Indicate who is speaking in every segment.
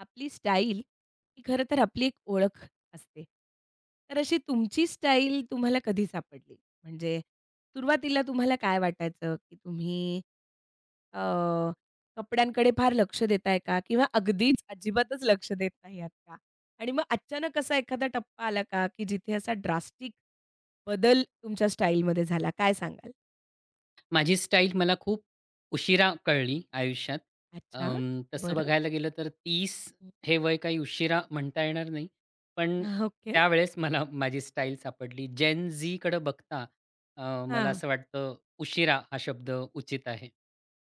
Speaker 1: आपली स्टाईल ही खरं तर आपली एक ओळख असते. तर अशी तुमची स्टाईल तुम्हाला कधी सापडली? म्हणजे सुरुवातीला तुम्हाला काय वाटायचं, की तुम्ही अ, कपड्यांकडे फार लक्ष देताय का? किंवा अगदीच अजिबातच लक्ष देत नाही आहात का? आणि मग अचानक असा एखादा टप्पा आला का, की जिथे असा ड्रास्टिक बदल तुमच्या स्टाईलमध्ये झाला? काय सांगाल?
Speaker 2: माझी स्टाईल मला खूप उशिरा कळली आयुष्यात.
Speaker 1: अच्छा.
Speaker 2: तसं
Speaker 1: बरं.
Speaker 2: बघायला गेलं तर 30 हे वय काही उशिरा म्हणता येणार नाही. पण
Speaker 1: हा, ओके.
Speaker 2: त्यावेळेस मला माझी स्टाईल सापडली. जेन झीकडे बघता मला
Speaker 1: हां.
Speaker 2: असं वाटतं उशिरा हा शब्द उचित आहे.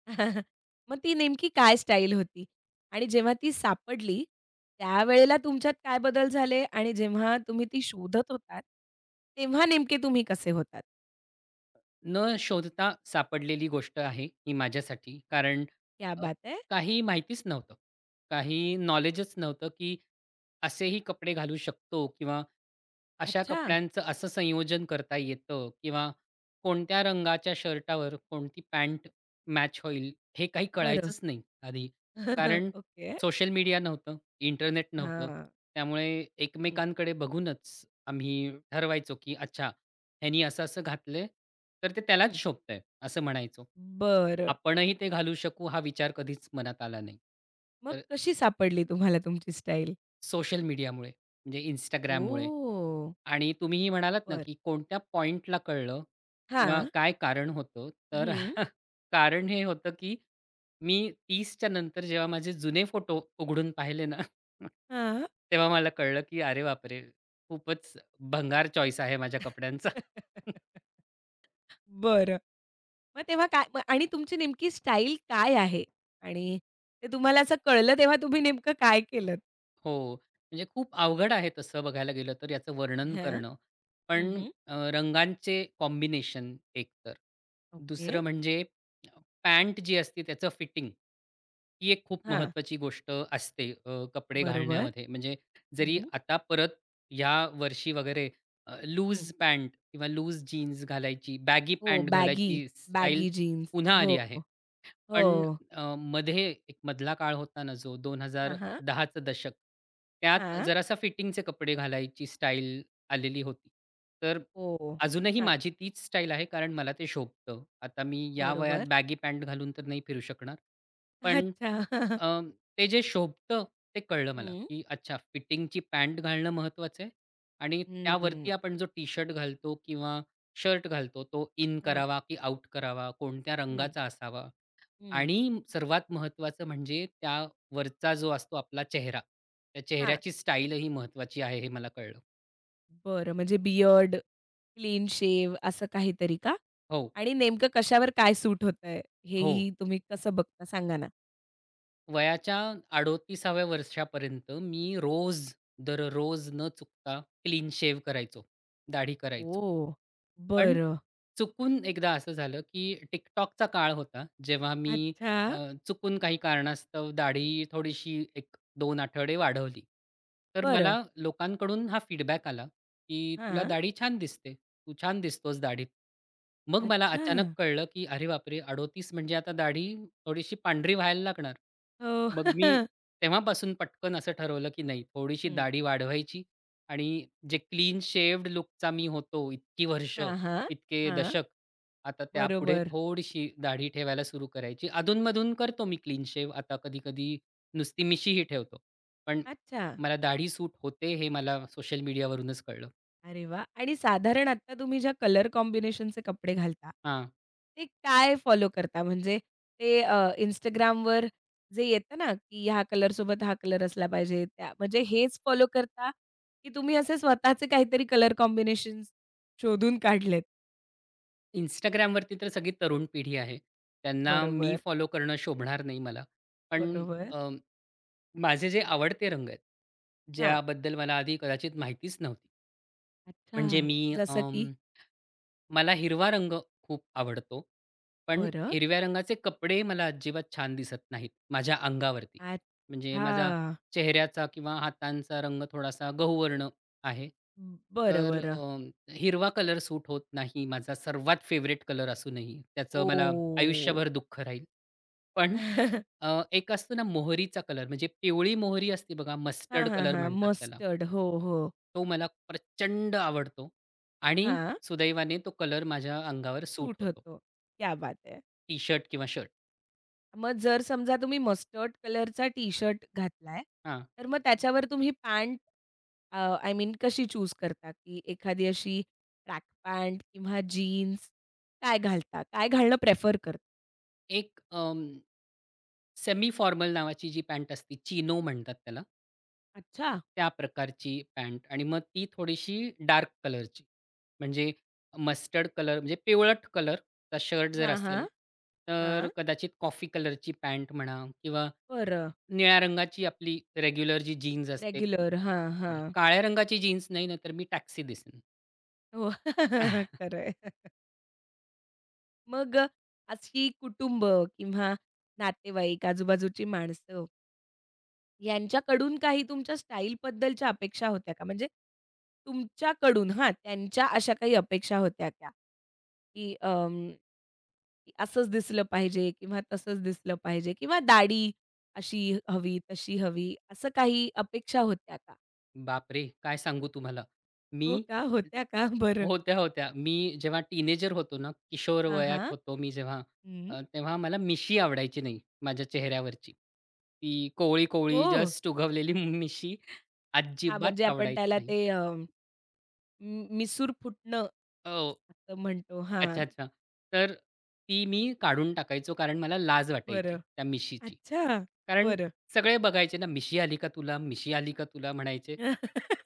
Speaker 1: मग ती नेमकी काय स्टाईल होती? आणि जेव्हा ती सापडली, त्यावेळेला तुमच्यात काय बदल झाले? आणि जेव्हा तुम्ही ती शोधत होतात, तेव्हा नेमके तुम्ही कसे होतात?
Speaker 2: न शोधता सापडलेली गोष्ट आहे ही माझ्यासाठी. कारण
Speaker 1: क्या
Speaker 2: अ,
Speaker 1: बात है!
Speaker 2: काही माहितीच नव्हतं. काही नॉलेजच नव्हतं, की असेही कपडे घालू शकतो किंवा अशा
Speaker 1: अच्छा,
Speaker 2: कपड्यांचं असं संयोजन करता येतं किंवा कोणत्या रंगाच्या शर्टावर कोणती पॅन्ट मॅच होईल हे काही
Speaker 1: बरं.
Speaker 2: कळायचंच नाही आधी. कारण
Speaker 1: ओके.
Speaker 2: सोशल मीडिया नव्हतं, इंटरनेट नव्हतं.
Speaker 1: हां.
Speaker 2: त्यामुळे
Speaker 1: हं,
Speaker 2: एकमेकांकडे बघूनच आम्ही ठरवायचो, की अच्छा ह्यानी असं-असं घातलंय, तर ते त्यालाच
Speaker 1: हं.
Speaker 2: शोभतंय असं म्हणायचो.
Speaker 1: बरं.
Speaker 2: आपणही ते घालू शकू हा विचार कधीच मनात आला नाही.
Speaker 1: मग कशी सापडली तुम्हाला तुमची स्टाईल?
Speaker 2: सोशल मीडियामुळे, म्हणजे Instagramमुळे.
Speaker 1: ओह!
Speaker 2: आणि तुम्हीही म्हणालात ना,
Speaker 1: बरं.
Speaker 2: की कोणत्या पॉइंटला कळलं किंवा
Speaker 1: हां.
Speaker 2: काय कारण होतं? तर
Speaker 1: हं.
Speaker 2: कारण हे होतं, की मी 30च्या नंतर जेव्हा माझे जुने फोटो उघडून पाहिले ना,
Speaker 1: हां.
Speaker 2: तेव्हा मला कळलं, की अरे बापरे! खूपच भंगार चॉईस आहे माझ्या कपड्यांचा.
Speaker 1: बरं. मग तेव्हा काय मग आणि तुमची नेमकी स्टाईल काय आहे? आणि ते तुम्हाला असं कळलं तेव्हा तुम्ही नेमकं काय केलंत?
Speaker 2: हो. म्हणजे खूप अवघड आहे तसं बघायला गेलं तर याचं वर्णन
Speaker 1: हां.
Speaker 2: करणं.
Speaker 1: हं,
Speaker 2: पण
Speaker 1: हं.
Speaker 2: रंगांचे कॉम्बिनेशन एक तर
Speaker 1: ओके.
Speaker 2: दुसरं म्हणजे पॅन्ट जी असते त्याचं फिटिंग. ही एक खूप
Speaker 1: हां.
Speaker 2: महत्त्वाची गोष्ट असते कपडे
Speaker 1: बरोबर.
Speaker 2: घालण्यामध्ये. म्हणजे
Speaker 1: हं,
Speaker 2: जरी
Speaker 1: हं.
Speaker 2: आता परत या वर्षी वगैरे
Speaker 1: हं.
Speaker 2: लूज पॅन्ट किंवा लूज जीन्स घालायची, बॅगी
Speaker 1: हो,
Speaker 2: पॅन्ट
Speaker 1: बॅगी,
Speaker 2: घालायची स्टाईल
Speaker 1: बॅगी जीन्स.
Speaker 2: पुन्हा
Speaker 1: हो.
Speaker 2: आली आहे.
Speaker 1: हो.
Speaker 2: पण मध्ये एक मधला काळ होता ना, जो
Speaker 1: हां, हां.
Speaker 2: 2010 चं दशक. त्यात
Speaker 1: हां.
Speaker 2: जरासा फिटिंगचे कपडे घालायची स्टाईल आलेली होती. तर
Speaker 1: हो.
Speaker 2: अजूनही
Speaker 1: हां.
Speaker 2: माझी तीच स्टाईल आहे, कारण मला ते शोभतं. आता मी या वयात
Speaker 1: बरोबर.
Speaker 2: बॅगी पॅन्ट घालून तर नाही फिरू शकणार. पण
Speaker 1: अच्छा.
Speaker 2: अ, ते जे शोभतं ते कळलं मला,
Speaker 1: हं.
Speaker 2: की अच्छा फिटिंगची पॅन्ट घालणं महत्त्वाचं आहे आणि त्यावरती
Speaker 1: हं.
Speaker 2: आपण जो टी-शर्ट घालतो किंवा शर्ट घालतो, तो इन
Speaker 1: हां.
Speaker 2: करावा की आउट करावा, कोणत्या
Speaker 1: हं,
Speaker 2: रंगाचा असावा
Speaker 1: हं.
Speaker 2: आणि सर्वात महत्त्वाचं म्हणजे त्यावरचा जो असतो आपला चेहरा, त्या
Speaker 1: हां.
Speaker 2: चेहऱ्याची स्टाईलही महत्त्वाची आहे हे मला कळलं.
Speaker 1: बरं, म्हणजे बियर्ड, क्लीन शेव्ह असं काहीतरी का?
Speaker 2: हो,
Speaker 1: आणि नेमकं कशावर काय सूट होतंय,
Speaker 2: हो.
Speaker 1: हेही तुम्ही कसं बघता सांगा ना?
Speaker 2: वयाच्या 38व्या वर्षापर्यंत मी रोज, दररोज न चुकता क्लीन शेव्ह करायचो, दाढी करायचो.
Speaker 1: ओह!
Speaker 2: पण
Speaker 1: बरं.
Speaker 2: चुकून एकदा असं झालं, की TikTokचा काळ होता, जेव्हा मी
Speaker 1: अच्छा.
Speaker 2: अ, चुकून काही कारणास्तव दाढी थोडीशी 1-2 आठवडे वाढवली. तर मला
Speaker 1: बरं.
Speaker 2: लोकांकडून हा फीडबॅक आला, की "तुला
Speaker 1: हां.
Speaker 2: दाढी छान दिसते. तू छान दिसतोस दाढीत." मग मला
Speaker 1: अच्छा.
Speaker 2: अचानक कळलं, की अरे बापरे! 38 म्हणजे आता दाढी थोडीशी पांढरी व्हायला लागणार.
Speaker 1: हो.
Speaker 2: मग मी तेव्हापासून पटकन असं ठरवलं, की नाही थोडीशी
Speaker 1: हं.
Speaker 2: दाढी वाढवायची आणि जे क्लीन शेव्हड लूकचा मी होतो इतकी वर्ष,
Speaker 1: हां, हां.
Speaker 2: इतके
Speaker 1: हां.
Speaker 2: दशक, आता त्यापुढे
Speaker 1: बरोबर.
Speaker 2: थोडीशी दाढी ठेवायला सुरू करायची. अधून करतो मी क्लीन शेव्ह आता कधी-कधी नुसती मिशीही ठेवतो. पण
Speaker 1: अच्छा.
Speaker 2: मला दाढी सूट होते हे मला सोशल मीडियावरूनच कळलं.
Speaker 1: अरे वा, आणि साधारण आता तुम्ही ज्या कलर कॉम्बिनेशनचे कपडे घालता,
Speaker 2: हां.
Speaker 1: ते काय फॉलो करता? म्हणजे ते Instagramवर जे येतं ना, की ह्या कलरसोबत हा कलर असला पाहिजे, त्या म्हणजे हेच फॉलो करता, की तुम्ही असे स्वतःचे काहीतरी कलर कॉम्बिनेशन्स शोधून काढलेत?
Speaker 2: Instagramवरती तर सगळी तरुण पिढी आहे. त्यांना मी
Speaker 1: बरोबर,
Speaker 2: फॉलो करणं शोभणार नाही मला. पण
Speaker 1: बरोबर.
Speaker 2: अ, माझे जे आवडते रंग आहेत,
Speaker 1: हां.
Speaker 2: ज्याबद्दल मला आधी कदाचित माहितीच नव्हती. म्हणजे
Speaker 1: अच्छा.
Speaker 2: मी
Speaker 1: जसं की?
Speaker 2: मला हिरवा रंग खूप आवडतो. पण
Speaker 1: बरं.
Speaker 2: हिरव्या रंगाचे कपडे मला अजिबात छान दिसत नाहीत माझ्या अंगावरती. म्हणजे माझा
Speaker 1: अच्छा.
Speaker 2: चेहऱ्याचा किंवा हातांचा रंग थोडासा गहूवर्ण आहे.
Speaker 1: बरं,
Speaker 2: तर
Speaker 1: बरं.
Speaker 2: हिरवा कलर सूट होत नाही. माझा सर्वात फेवरेट कलर असूनही त्याचं मला
Speaker 1: ओह!
Speaker 2: आयुष्यभर दुःख राहील. पण एक असतो ना मोहरीचा कलर म्हणजे पिवळी मोहरी असते बघा
Speaker 1: हां,
Speaker 2: मस्टर्ड
Speaker 1: हां,
Speaker 2: कलर
Speaker 1: हां.
Speaker 2: म्हणतात त्याला.
Speaker 1: मस्टर्ड. हो, हो.
Speaker 2: तो मला प्रचंड आवडतो आणि
Speaker 1: हां.
Speaker 2: सुदैवाने तो कलर माझ्या अंगावर सूट
Speaker 1: सूट
Speaker 2: होतो.
Speaker 1: होतो. क्या बात है!
Speaker 2: टी-शर्ट किंवा शर्ट.
Speaker 1: मग जर समजा तुम्ही मस्टर्ड कलरचा टी-शर्ट घातलाय,
Speaker 2: हां.
Speaker 1: तर मग त्याच्यावर तुम्ही पॅन्ट अ, आय मीन कशी चूज करता? की एखादी अशी ट्रॅक पॅन्ट किंवा जीन्स काय घालता? काय घालणं प्रेफर करता?
Speaker 2: एक सेमी फॉर्मल नावाची जी पॅन्ट असते चिनो म्हणतात त्याला.
Speaker 1: अच्छा.
Speaker 2: त्या प्रकारची पॅन्ट आणि मग ती थोडीशी डार्क कलरची म्हणजे मस्टर्ड कलर म्हणजे पिवळट कलरचा शर्ट जर
Speaker 1: हां,
Speaker 2: असेल,
Speaker 1: हां.
Speaker 2: तर
Speaker 1: हां.
Speaker 2: कदाचित कॉफी कलरची पॅन्ट म्हणा किंवा
Speaker 1: बरं.
Speaker 2: निळ्या रंगाची आपली रेग्युलर जी जीन्स असते ती.
Speaker 1: रेग्युलर. हां,
Speaker 2: ती.
Speaker 1: हां.
Speaker 2: काळ्या रंगाची जीन्स नाही ना तर मी टॅक्सी दिसेन.
Speaker 1: हो. खरं मग अशी कुटुंब किंवा नातेवाईक, आजूबाजूची माणसं यांच्याकडून काही तुमच्या स्टाईलबद्दलच्या अपेक्षा होत्या का? म्हणजे तुमच्याकडून हां, त्यांच्या अशा काही अपेक्षा होत्या त्या, की की असंच दिसलं पाहिजे किंवा तसंच दिसलं पाहिजे किंवा दाढी अशी हवी, तशी हवी, असं काही अपेक्षा होत्या का?
Speaker 2: बापरे! काय सांगू तुम्हाला. मी
Speaker 1: हो का? होत्या का? बरं.
Speaker 2: होत्या, होत्या. मी जेव्हा टीनेजर होतो ना, किशोर
Speaker 1: हां,
Speaker 2: वयात
Speaker 1: हां.
Speaker 2: होतो मी जेव्हा,
Speaker 1: हं.
Speaker 2: तेव्हा मला मिशी आवडायची नाही माझ्या चेहऱ्यावरची. ती कोवळी-कोवळी
Speaker 1: हो.
Speaker 2: जस्ट उगवलेली मिशी
Speaker 1: हां,
Speaker 2: अजिबात
Speaker 1: म्हणजे आपण
Speaker 2: आवडायची
Speaker 1: त्याला
Speaker 2: नाही.
Speaker 1: ते मिसूर फुटणं
Speaker 2: हो.
Speaker 1: असं म्हणतो. हां,
Speaker 2: अच्छा, अच्छा. तर ती मी काढून टाकायचो कारण मला लाज वाटायची
Speaker 1: बरं.
Speaker 2: त्या मिशीची.
Speaker 1: अच्छा.
Speaker 2: कारण
Speaker 1: बरं.
Speaker 2: सगळे बघायचे ना, "मिशी आली का तुला? मिशी आली का तुला?" म्हणायचे.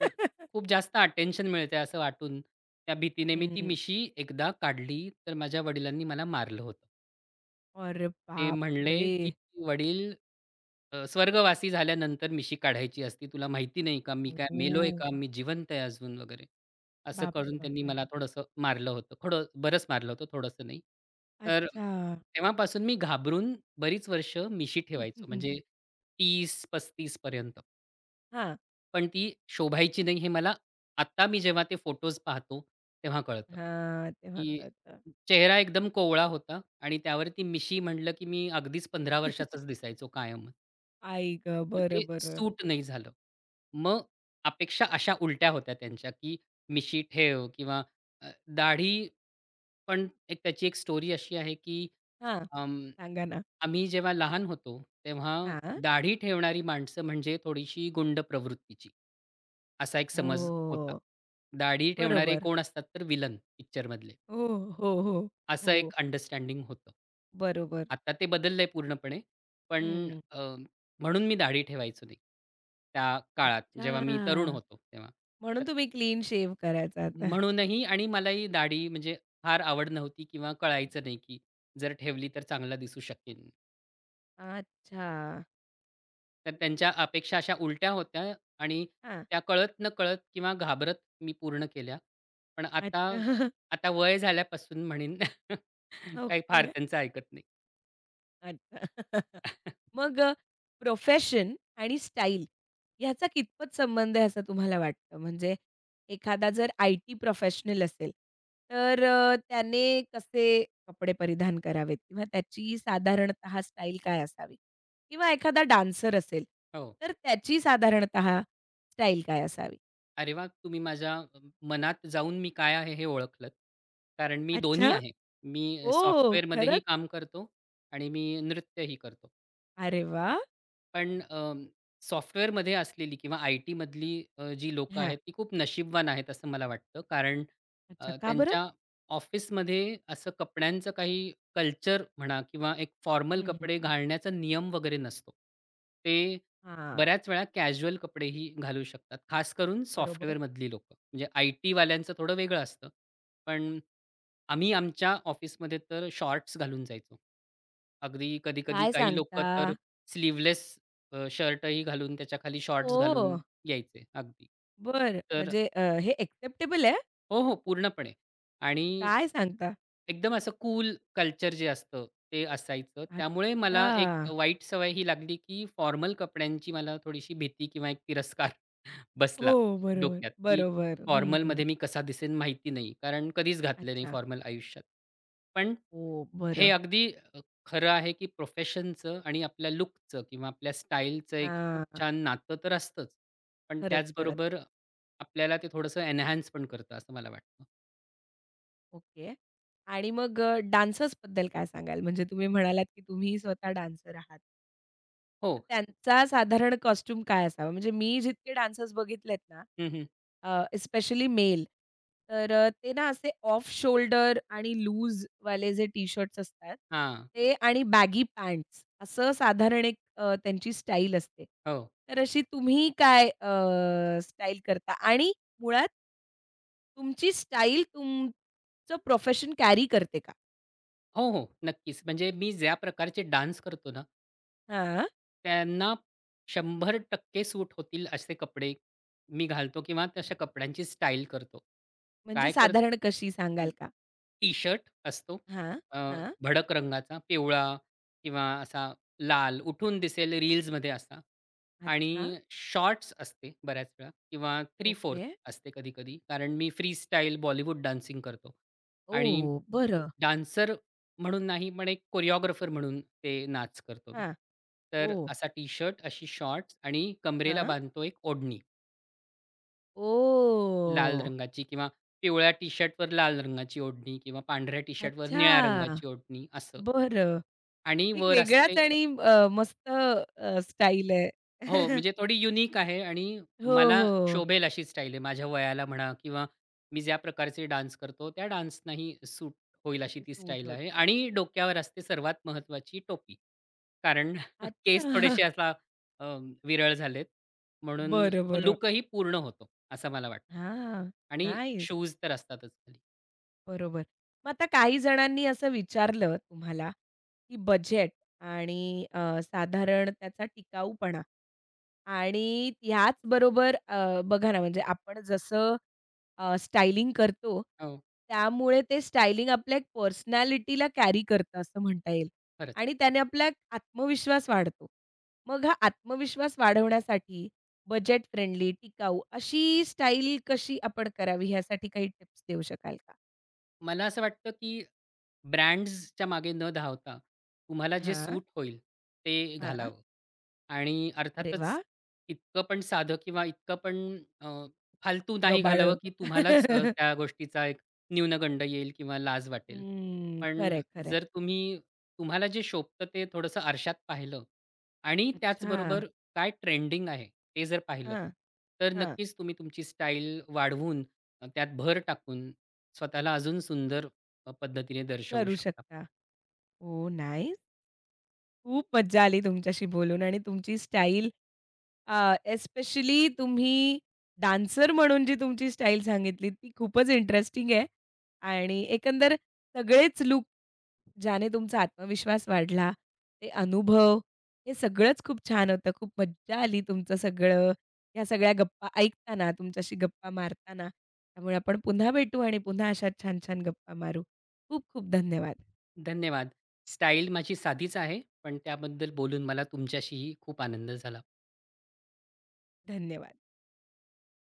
Speaker 2: तर खूप जास्त अटेन्शन मिळतंय असं वाटून त्या भीतीने मी ती
Speaker 1: हं.
Speaker 2: मिशी एकदा काढली, तर माझ्या वडिलांनी मला मारलं होतं.
Speaker 1: अरे
Speaker 2: ते
Speaker 1: बाप रे!
Speaker 2: म्हणले, की "वडील स्वर्गवासी झाल्यानंतर मिशी काढायची असती. तुला माहिती नाही का? मी काय मेलोय
Speaker 1: ओह!
Speaker 2: का? मी जिवंत आहे अजून" वगैरे. असं
Speaker 1: बापरे,
Speaker 2: करून त्यांनी
Speaker 1: बापरे!
Speaker 2: मला थोडंसं मारलं होतं. थोडं बरंच मारलं होतं, थोडंसं नाही. तर
Speaker 1: अच्छा.
Speaker 2: तेव्हापासून मी घाबरून बरीच वर्ष मिशी ठेवायचो. म्हणजे 30-35 पर्यंत.
Speaker 1: हां,
Speaker 2: पण ती शोभायची नाही हे मला आता मी जेव्हा ते फोटोज पाहतो तेव्हा कळतं,
Speaker 1: हां. तेव्हा
Speaker 2: की
Speaker 1: कळतं.
Speaker 2: चेहरा एकदम कोवळा होता आणि त्यावरती मिशी म्हटलं, की मी अगदीच 15 वर्षाचाच दिसायचो कायम
Speaker 1: आई गं!
Speaker 2: मग ते
Speaker 1: बरं, बरं.
Speaker 2: सूट नाही झालं. मग अपेक्षा अशा उलट्या होत्या त्यांच्या, की मिशी ठेव किंवा अ, दाढी पण एक त्याची एक स्टोरी अशी आहे, की
Speaker 1: हां. सांगा ना.
Speaker 2: आम्ही जेव्हा लहान होतो, तेव्हा
Speaker 1: हां.
Speaker 2: दाढी ठेवणारी माणसं म्हणजे थोडीशी गुंड प्रवृत्तीची, असा एक समज होता.
Speaker 1: हो.
Speaker 2: दाढी ठेवणारे
Speaker 1: बरोबर.
Speaker 2: कोण असतात तर विलन पिक्चरमधले,
Speaker 1: हो, हो, हो,
Speaker 2: असं
Speaker 1: हो.
Speaker 2: एक अंडरस्टँडिंग होतं.
Speaker 1: बरोबर.
Speaker 2: आता ते बदललंय पूर्णपणे, पण
Speaker 1: हं.
Speaker 2: अ, म्हणून मी दाढी ठेवायचो नाही. त्या काळात जेव्हा मी तरुण
Speaker 1: अच्छा.
Speaker 2: होतो तेव्हा.
Speaker 1: म्हणून
Speaker 2: तर
Speaker 1: तुम्ही क्लीन शेव्ह करायचात.
Speaker 2: म्हणूनही आणि मलाही दाढी म्हणजे फार आवड नव्हती किंवा कळायचं नाही, की जर ठेवली तर चांगला दिसू शकेन
Speaker 1: अच्छा.
Speaker 2: तर त्यांच्या अपेक्षा अशा उलट्या होत्या आणि
Speaker 1: हां.
Speaker 2: त्या कळत-नकळत किंवा घाबरत मी पूर्ण केल्या. पण आता
Speaker 1: अच्छा.
Speaker 2: आता वय झाल्यापासून म्हणेन काही
Speaker 1: ओके.
Speaker 2: फार त्यांचं ऐकत नाही.
Speaker 1: अच्छा. मग प्रोफेशन आणि स्टाईल ह्याचा कितपत संबंध आहे असं तुम्हाला वाटतं? म्हणजे एखादा जर आय-टी प्रोफेशनल असेल, तर त्याने कसे कपडे परिधान करावेत किंवा त्याची साधारणतः स्टाईल काय असावी? किंवा एखादा डान्सर असेल,
Speaker 2: हो.
Speaker 1: तर त्याची साधारणतः स्टाईल काय असावी?
Speaker 2: अरे वाह! तुम्ही माझ्या मनात जाऊन मी काय आहे हे ओळखलत. कारण मी
Speaker 1: अच्छा?
Speaker 2: दोन्ही आहे. मी
Speaker 1: हो,
Speaker 2: सॉफ्टवेअरमध्येही
Speaker 1: खरंच?
Speaker 2: काम करतो आणि मी नृत्यही करतो.
Speaker 1: अरे वाह!
Speaker 2: पण सॉफ्टवेअरमध्ये असलेली किंवा आय-टीमधली जी लोकं
Speaker 1: हां.
Speaker 2: आहेत, ती खूप नशीबवान आहेत असं मला वाटतं. कारण
Speaker 1: अच्छा, का बरं?
Speaker 2: त्यांच्या ऑफिसमध्ये असं कपड्यांचं काही कल्चर म्हणा किंवा एक फॉर्मल
Speaker 1: हं,
Speaker 2: कपडे घालण्याचा नियम वगैरे नसतो. ते
Speaker 1: हां,
Speaker 2: बऱ्याच वेळा कॅज्युअल कपडेही घालू शकतात. खास करून
Speaker 1: बरोबर.
Speaker 2: सॉफ्टवेअरमधली लोकं. म्हणजे आय-टीवाल्यांचं थोडं वेगळं असतं. पण आम्ही आमच्या ऑफिसमध्ये तर शॉर्ट्स घालून जायचो. अगदी कधी-कधी
Speaker 1: काय
Speaker 2: काही लोकं
Speaker 1: सांगता?
Speaker 2: तर स्लीवलेस शर्टही घालून त्याच्याखाली शॉर्ट्स घालून
Speaker 1: ओ!
Speaker 2: यायचे अगदी.
Speaker 1: बरं.
Speaker 2: तर
Speaker 1: म्हणजे हे एक्सेप्टेबल आहे?
Speaker 2: हो, हो. पूर्णपणे आणि
Speaker 1: काय सांगता?
Speaker 2: एकदम असं कूल कल्चर जे असतं ते असायचं. त्यामुळे मला एक
Speaker 1: अच्छा.
Speaker 2: वाईट सवय ही लागली, की फॉर्मल कपड्यांची मला थोडीशी भीती किंवा एक तिरस्कार
Speaker 1: हो,
Speaker 2: बसला
Speaker 1: बरोबर,
Speaker 2: डोक्यात, की
Speaker 1: बरोबर. हं, हं.
Speaker 2: फॉर्मलमध्ये मी कसा दिसेन माहिती नाही. कारण कधीच घातले नाही
Speaker 1: अच्छा.
Speaker 2: फॉर्मल आयुष्यात. पण
Speaker 1: हो,
Speaker 2: हे
Speaker 1: बरं.
Speaker 2: अगदी अ, खरं आहे, की प्रोफेशनचं आणि आपल्या लूकचं किंवा आपल्या स्टाईलचं एक खूप
Speaker 1: हां.
Speaker 2: छान नातं तर असतंच. पण
Speaker 1: खरंच, खरंच.
Speaker 2: त्याचबरोबर आपल्याला ते थोडंसं एन्हान्स पण करतं असं मला वाटतं.
Speaker 1: ओके. आणि मग डान्सर्सबद्दल काय सांगाल? म्हणजे तुम्ही म्हणालात, की तुम्ही स्वतः डान्सर आहात.
Speaker 2: हो.
Speaker 1: तर त्यांचा साधारण कॉस्ट्यूम काय असावा? म्हणजे मी जितके डान्सर्स बघितलेत ना,
Speaker 2: हं, हं.
Speaker 1: Specially male. तर ते ना असे ऑफ शोल्डर आणि लूज वाले जे टी-शर्ट्स असतात,
Speaker 2: हां.
Speaker 1: ते आणि बॅगी पॅन्ट्स असं साधारण एक त्यांची स्टाईल असते.
Speaker 2: हो.
Speaker 1: तर अशी तुम्ही काय स्टाईल करता? आणि मुळात तुमची स्टाईल तुमचं प्रोफेशन कॅरी करते का?
Speaker 2: हो, हो. नक्कीच. म्हणजे मी ज्या प्रकारचे डान्स करतो ना,
Speaker 1: हां.
Speaker 2: त्यांना 100% सूट होतील असे कपडे मी घालतो किंवा तशा कपड्यांची स्टाईल करतो.
Speaker 1: म्हणजे
Speaker 2: काय कर
Speaker 1: साधारण कशी सांगाल का?
Speaker 2: टी-शर्ट असतो
Speaker 1: हां,
Speaker 2: अ,
Speaker 1: हां.
Speaker 2: भडक रंगाचा, पिवळा किंवा असा लाल उठून दिसेल रील्समध्ये असा
Speaker 1: अच्छा.
Speaker 2: आणि शॉर्ट्स असते बऱ्याच वेळा किंवा थ्री
Speaker 1: ओके.
Speaker 2: फोर्थ असते कधी-कधी. कारण मी फ्री स्टाईल बॉलिवूड डान्सिंग करतो आणि
Speaker 1: ओह! बरं.
Speaker 2: डान्सर म्हणून नाही, पण एक कोरिओग्राफर म्हणून ते नाच करतो मी.
Speaker 1: हां.
Speaker 2: तर
Speaker 1: ओह!
Speaker 2: असा टी-शर्ट, अशी शॉर्ट्स आणि कमरेला
Speaker 1: हां.
Speaker 2: बांधतो एक ओढणी. लाल
Speaker 1: ओह!
Speaker 2: रंगाची किंवा पिवळ्या टी-शर्टवर लाल रंगाची ओढणी किंवा पांढऱ्या टी-शर्टवर निळ्या
Speaker 1: अच्छा.
Speaker 2: रंगाची ओढणी असं.
Speaker 1: बरं.
Speaker 2: आणि
Speaker 1: एक
Speaker 2: वर
Speaker 1: वेगळाच
Speaker 2: असते
Speaker 1: आणि मस्त स्टाईल आहे.
Speaker 2: हो, म्हणजे थोडी युनिक आहे आणि
Speaker 1: हो,
Speaker 2: मला
Speaker 1: हो.
Speaker 2: शोभेल अशी स्टाईल आहे. माझ्या वयाला म्हणा किंवा मी ज्या प्रकारचे डान्स करतो, त्या डान्सनाही सूट होईल अशी
Speaker 1: ते
Speaker 2: ती
Speaker 1: सूट
Speaker 2: स्टाईल आहे.
Speaker 1: होतं.
Speaker 2: आणि डोक्यावर असते सर्वात महत्त्वाची टोपी. कारण
Speaker 1: अच्छा.
Speaker 2: केस थोडेसे असा अ, विरळ झालेत, म्हणून
Speaker 1: बरं,
Speaker 2: तो
Speaker 1: बरं.
Speaker 2: लूकही पूर्ण होतो, असं मला वाटतं.
Speaker 1: हां.
Speaker 2: आणि
Speaker 1: नाईस.
Speaker 2: शूज तर असतातच खाली.
Speaker 1: बरोबर. मग आता काही जणांनी असं विचारलं तुम्हाला, की बजेट आणि साधारण त्याचा टिकाऊपणा आणि ह्याचबरोबर बघा ना, म्हणजे आपण जसं स्टायलिंग करतो,
Speaker 2: हो.
Speaker 1: त्यामुळे ते स्टायलिंग आपल्या एक पर्सनॅलिटीला कॅरी करतं असं म्हणता येईल
Speaker 2: खरंच.
Speaker 1: आणि त्याने आपला एक आत्मविश्वास वाढतो. मग हा आत्मविश्वास वाढवण्यासाठी बजेट फ्रेंडली, टिकाऊ अशी स्टाईल कशी आपण करावी ह्यासाठी काही टिप्स देऊ शकाल का?
Speaker 2: मला असं वाटतं, की ब्रँड्सच्या मागे न धावता तुम्हाला जे
Speaker 1: हां,
Speaker 2: सूट होईल ते
Speaker 1: हां.
Speaker 2: घालावं. आणि
Speaker 1: अरे
Speaker 2: अर्थातच
Speaker 1: वाह!
Speaker 2: इतकं पण साधं किंवा इतकं पण फालतू नाही
Speaker 1: गबाळं.
Speaker 2: घालावं, की तुम्हालाच त्या गोष्टीचा एक न्यूनगंड येईल किंवा लाज वाटेल.
Speaker 1: हम्म.
Speaker 2: पण
Speaker 1: खरंय, खरंय.
Speaker 2: जर तुम्ही तुम्हाला जे शोभतं ते थोडंसं आरशात पाहिलं आणि
Speaker 1: अच्छा.
Speaker 2: त्याचबरोबर काय ट्रेंडिंग आहे ते जर पाहिलंत,
Speaker 1: हां,
Speaker 2: तर
Speaker 1: हां.
Speaker 2: नक्कीच तुम्ही तुमची स्टाईल वाढवून, त्यात भर टाकून स्वतःला अजून सुंदर पद्धतीने दर्शवू
Speaker 1: करू
Speaker 2: शकता.
Speaker 1: शकता. हो, नाईस. खूप मज्जा आली तुमच्याशी बोलून आणि तुमची स्टाईल एस्पेशली तुम्ही डान्सर म्हणून जी तुमची स्टाईल सांगितली ती खूपच इंटरेस्टिंग आहे आणि एकंदर सगळेच लूक ज्याने तुमचा आत्मविश्वास वाढला, ते अनुभव, हे सगळंच खूप छान होतं. खूप मज्जा आली तुमचं सगळं ह्या सगळ्या गप्पा ऐकताना, तुमच्याशी गप्पा मारताना. त्यामुळे आपण पुन्हा भेटू आणि पुन्हा अशा छान-छान गप्पा मारू. खूप खूप धन्यवाद.
Speaker 2: धन्यवाद. स्टाईल माझी साधीच आहे, पण त्याबद्दल बोलून मला तुमच्याशीही खूप आनंद झाला.
Speaker 1: धन्यवाद.